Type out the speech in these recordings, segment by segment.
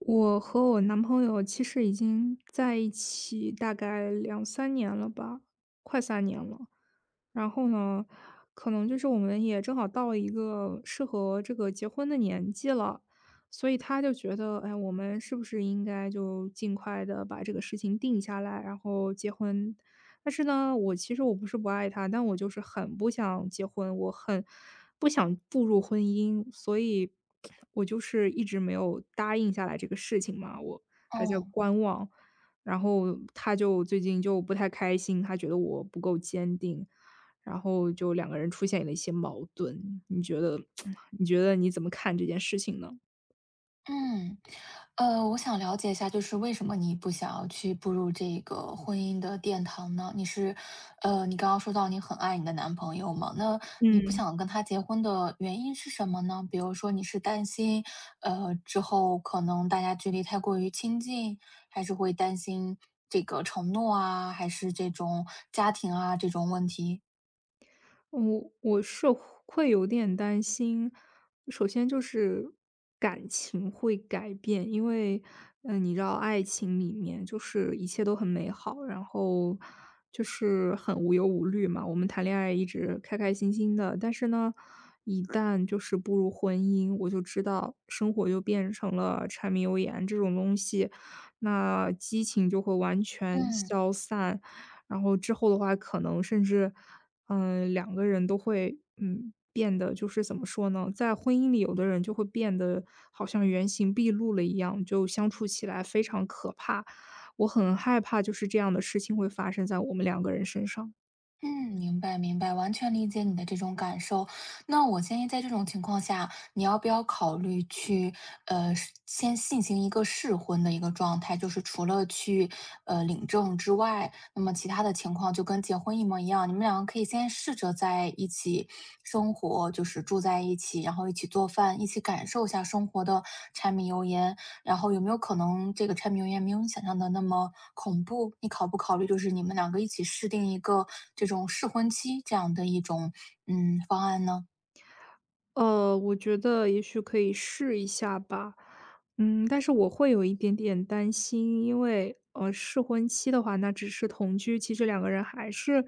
我和我男朋友其实已经在一起大概两三年了吧，快三年了。然后呢，可能就是我们也正好到了一个适合这个结婚的年纪了，所以他就觉得，哎，我们是不是应该就尽快的把这个事情定下来，然后结婚但是呢，我其实不是不爱他，但我就是很不想结婚，我很不想步入婚姻，所以我就是一直没有答应下来这个事情嘛，我还在哦。观望。然后他就最近就不太开心，他觉得我不够坚定，然后就两个人出现了一些矛盾。你觉得，你觉得你怎么看这件事情呢？嗯。我想了解一下，就是为什么你不想要去步入这个婚姻的殿堂呢？你刚刚说到你很爱你的男朋友嘛，那你不嗯想跟他结婚的原因是什么呢？比如说你是担心之后可能大家距离太过于亲近，还是会担心这个承诺啊，还是这种家庭啊这种问题？我是会有点担心，首先就是感情会改变，因为，嗯，你知道爱情里面就是一切都很美好，然后就是很无忧无虑嘛，我们谈恋爱一直开开心心的，但是呢，一旦就是步入婚姻，我就知道生活就变成了柴米油盐这种东西，那激情就会完全嗯消散，然后之后的话，可能甚至两个人都会变得就是怎么说呢，在婚姻里，有的人就会变得好像原形毕露了一样，就相处起来非常可怕。我很害怕，就是这样的事情会发生在我们两个人身上。嗯。明白明白，完全理解你的这种感受。那我建议在这种情况下，你要不要考虑去先进行一个试婚的一个状态，就是除了去领证之外，那么其他的情况就跟结婚一模一样，你们两个可以先试着在一起生活，就是住在一起，然后一起做饭，一起感受一下生活的柴米油盐，然后有没有可能这个柴米油盐没有你想象的那么恐怖？你考不考虑就是你们两个一起试定一个这种试婚期这样的一种方案呢？我觉得也许可以试一下吧。嗯，但是我会有一点点担心，因为，试婚期的话，那只是同居，其实两个人还是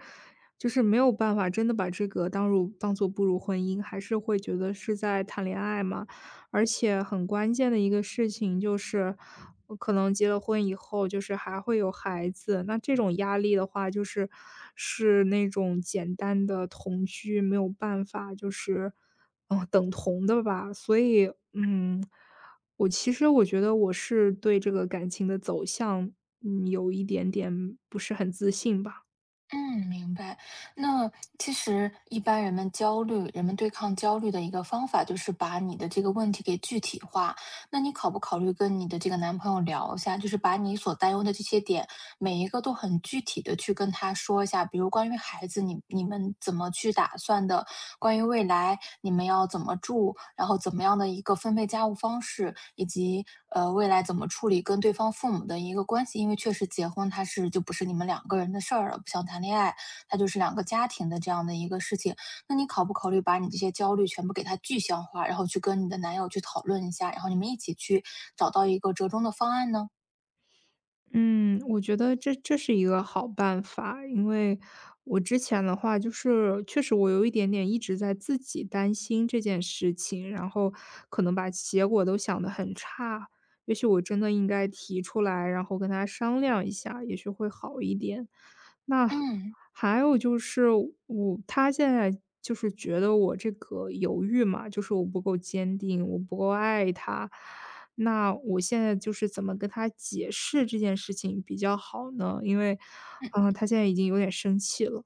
就是没有办法真的把这个当做步入婚姻，还是会觉得是在谈恋爱嘛。而且很关键的一个事情就是，可能结了婚以后，就是还会有孩子。那这种压力的话，就是是那种简单的同居没有办法，就是等同的吧。所以，嗯，我其实觉得我是对这个感情的走向，嗯，有一点点不是很自信吧。嗯，明白。那其实一般人们焦虑，人们对抗焦虑的一个方法就是把你的这个问题给具体化。那你考不考虑跟你的这个男朋友聊一下，就是把你所担忧的这些点每一个都很具体的去跟他说一下，比如关于孩子，你们怎么去打算的？关于未来，你们要怎么住？然后怎么样的一个分配家务方式，以及,未来怎么处理跟对方父母的一个关系。因为确实结婚它是就不是你们两个人的事儿了，不像谈恋爱，它就是两个家庭的这样的一个事情。那你考不考虑把你这些焦虑全部给它具象化，然后去跟你的男友去讨论一下，然后你们一起去找到一个折中的方案呢？嗯，我觉得这是一个好办法，因为我之前的话，就是确实我有一点点一直在自己担心这件事情，然后可能把结果都想得很差，也许我真的应该提出来，然后跟他商量一下，也许会好一点。那嗯。还有就是他现在就是觉得我这个犹豫嘛，就是我不够坚定，我不够爱他。那我现在就是怎么跟他解释这件事情比较好呢？因为，嗯，他现在已经有点生气了。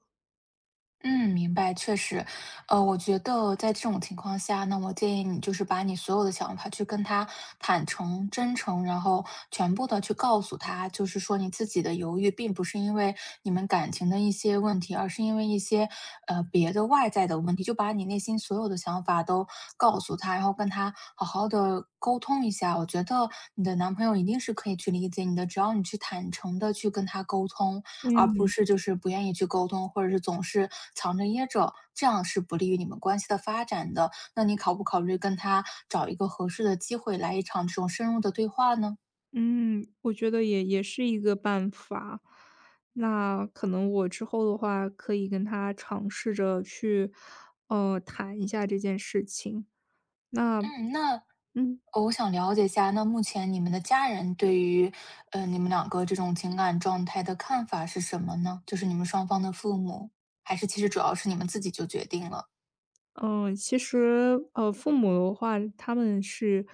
嗯，明白,确实,我觉得在这种情况下那我建议你就是把你所有的想法去跟他坦诚、真诚，然后全部的去告诉他，就是说你自己的犹豫并不是因为你们感情的一些问题，而是因为一些别的外在的问题，就把你内心所有的想法都告诉他，然后跟他好好的沟通一下。我觉得你的男朋友一定是可以去理解你的，只要你去坦诚的去跟他沟通，而不嗯。是就是不愿意去沟通，或者是总是藏着掖着，这样是不利于你们关系的发展的。那你考不考虑跟他找一个合适的机会来一场这种深入的对话呢？嗯，我觉得也是一个办法。那可能我之后的话，可以跟他尝试着去，谈一下这件事情。那嗯，那嗯。呃我想了解一下，那目前你们的家人对于你们两个这种情感状态的看法是什么呢？就是你们双方的父母，还是其实主要是你们自己就决定了？嗯，其实，父母的话，他们是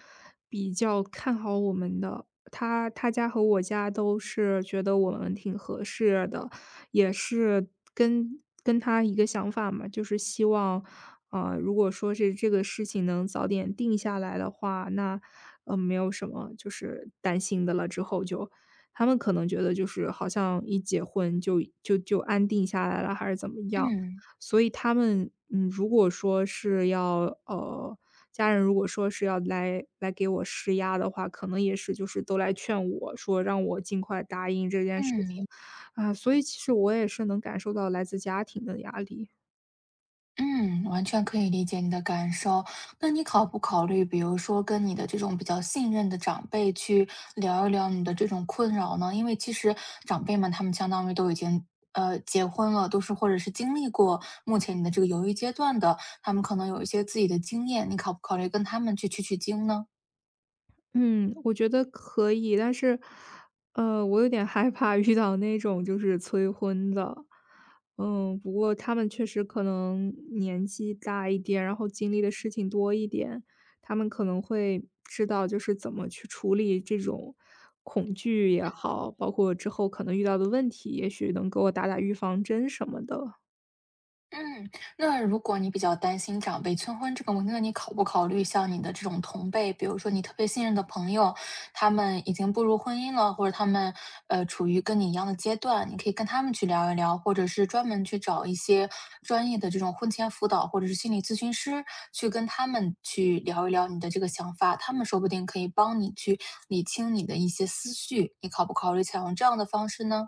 比较看好我们的。他家和我家都是觉得我们挺合适的，也是跟他一个想法嘛，就是希望，如果说是这个事情能早点定下来的话，那，没有什么就是担心的了。之后就，他们可能觉得就是好像一结婚就安定下来了，还是怎么样。嗯。所以他们，嗯，如果说是要家人如果说是要来给我施压的话，可能也是就是都来劝我说让我尽快答应这件事嗯，情，明啊，所以其实我也是能感受到来自家庭的压力。嗯，完全可以理解你的感受。那你考不考虑，比如说跟你的这种比较信任的长辈去聊一聊你的这种困扰呢？因为其实长辈们他们相当于都已经结婚了，都是或者是经历过目前你的这个犹豫阶段的，他们可能有一些自己的经验，你考不考虑跟他们去取取经呢？嗯，我觉得可以，但是，我有点害怕遇到那种就是催婚的。嗯，不过他们确实可能年纪大一点，然后经历的事情多一点，他们可能会知道就是怎么去处理这种恐惧也好，包括之后可能遇到的问题，也许能给我打打预防针什么的。嗯，那如果你比较担心长辈催婚这个问题，那你考不考虑像你的这种同辈，比如说你特别信任的朋友，他们已经步入婚姻了，或者他们处于跟你一样的阶段，你可以跟他们去聊一聊，或者是专门去找一些专业的这种婚前辅导或者是心理咨询师，去跟他们去聊一聊你的这个想法，他们说不定可以帮你去理清你的一些思绪，你考不考虑采用这样的方式呢？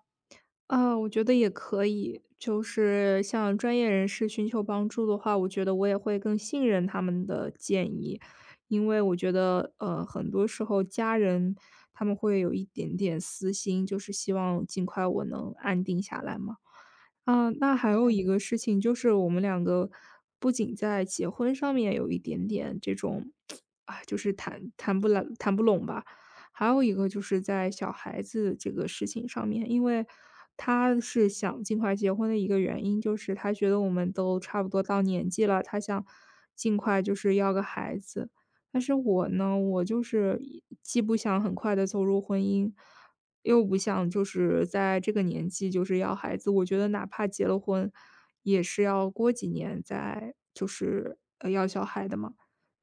啊，我觉得也可以。就是向专业人士寻求帮助的话，我觉得我也会更信任他们的建议。因为我觉得，很多时候家人他们会有一点点私心，就是希望尽快我能安定下来嘛。啊，那还有嗯。一个事情就是我们两个不仅在结婚上面有一点点这种，啊，就是谈不拢吧，还有一个就是在小孩子这个事情上面，因为他是想尽快结婚的一个原因，就是他觉得我们都差不多到年纪了，他想尽快就是要个孩子。但是我呢，我就是一既不想很快的走入婚姻，又不想就是在这个年纪就是要孩子。我觉得哪怕结了婚，也是要过几年再就是，要小孩的嘛。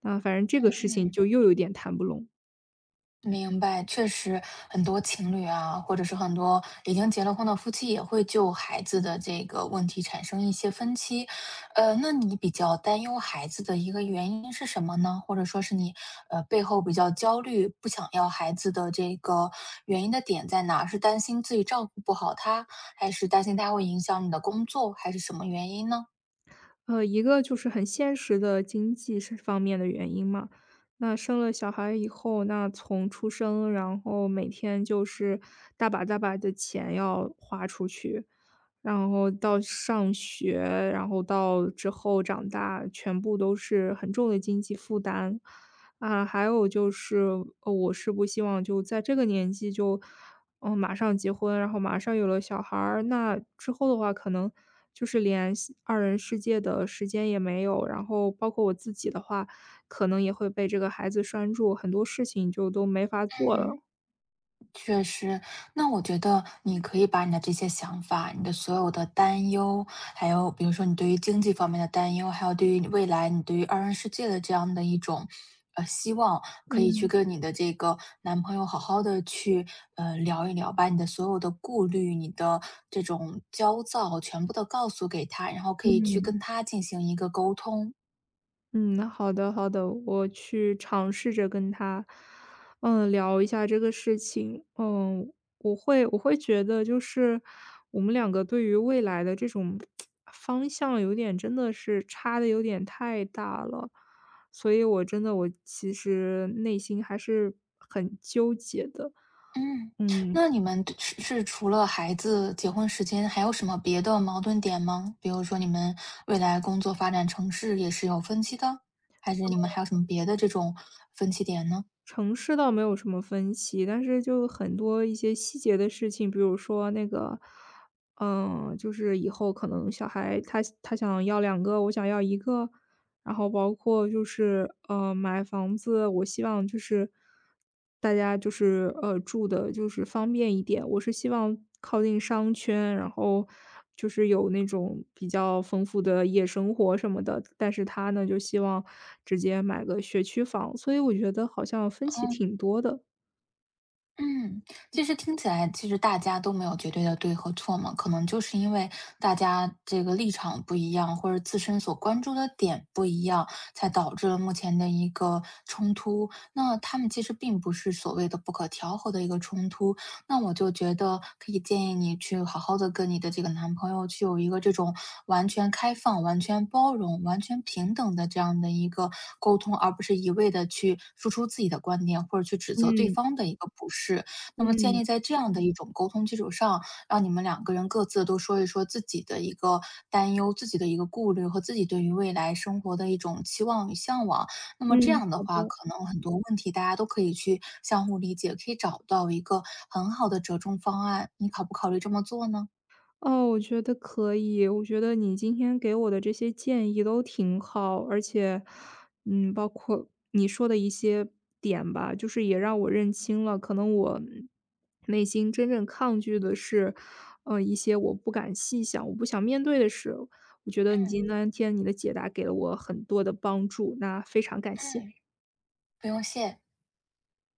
那反正这个事情嗯。就又有点谈不拢。明白，确实很多情侣啊，或者是很多已经结了婚的夫妻，也会就孩子的这个问题产生一些分歧。那你比较担忧孩子的一个原因是什么呢？或者说是你背后比较焦虑，不想要孩子的这个原因的点在哪？是担心自己照顾不好他，还是担心他会影响你的工作，还是什么原因呢？一个就是很现实的经济是方面的原因嘛。那生了小孩以后，那从出生，然后每天就是大把大把的钱要花出去，然后到上学，然后到之后长大，全部都是很重的经济负担。啊，还有就是，我是不希望就在这个年纪就哦，马上结婚，然后马上有了小孩儿，那之后的话可能就是连西二人世界的时间也没有，然后包括我自己的话，可能也会被这个孩子拴住，很多事情就都没法做了。嗯，确实，那我觉得你可以把你的这些想法、你的所有的担忧，还有比如说你对于经济方面的担忧，还有对于未来你对于二人世界的这样的一种希望，可以去嗯，跟你的这个男朋友好好的去聊一聊，把你的所有的顾虑、你的这种焦躁全部都告诉给他，然后可以去嗯。跟他进行一个沟通。嗯，好的好的，我去尝试着跟他，嗯，聊一下这个事情。嗯，我会觉得就是我们两个对于未来的这种方向有点真的是差的有点太大了，所以我真的我其实内心还是很纠结的。嗯，嗯，那你们是除了孩子结婚时间，还有什么别的矛盾点吗？比如说你们未来工作发展城市也是有分歧的，还是你们还有什么别的这种分歧点呢？城市倒没有什么分歧，但是就很多一些细节的事情，比如说那个，嗯，就是以后可能小孩他想要两个，我想要一个，然后包括就是，买房子，我希望就是大家就是，住的就是方便一点。我是希望靠近商圈，然后就是有那种比较丰富的夜生活什么的，但是他呢，就希望直接买个学区房，所以我觉得好像分歧哦。挺多的。嗯。其实听起来其实大家都没有绝对的对和错嘛，可能就是因为大家这个立场不一样，或者自身所关注的点不一样，才导致了目前的一个冲突。那他们其实并不是所谓的不可调和的一个冲突，那我就觉得可以建议你去好好的跟你的这个男朋友去有一个这种完全开放、完全包容、完全平等的这样的一个沟通，而不是一味的去输出自己的观点，或者去指责对嗯，方的一个不是。那么建嗯，立在这样的一种沟通基础上，让你们两个人各自都说一说自己的一个担忧、自己的一个顾虑和自己对于未来生活的一种期望与向往。那么这嗯。样的话，可能很多问题大家都可以去相互理解，可以找到一个很好的折中方案。你考不考虑这么做呢？哦，我觉得可以。我觉得你今天给我的这些建议都挺好，而且，嗯，包括你说的一些点吧，就是也让我认清了，可能我内心真正抗拒的是，一些我不敢细想、我不想面对的事。我觉得你嗯。今天你的解答给了我很多的帮助，那非常感谢。嗯，不用谢。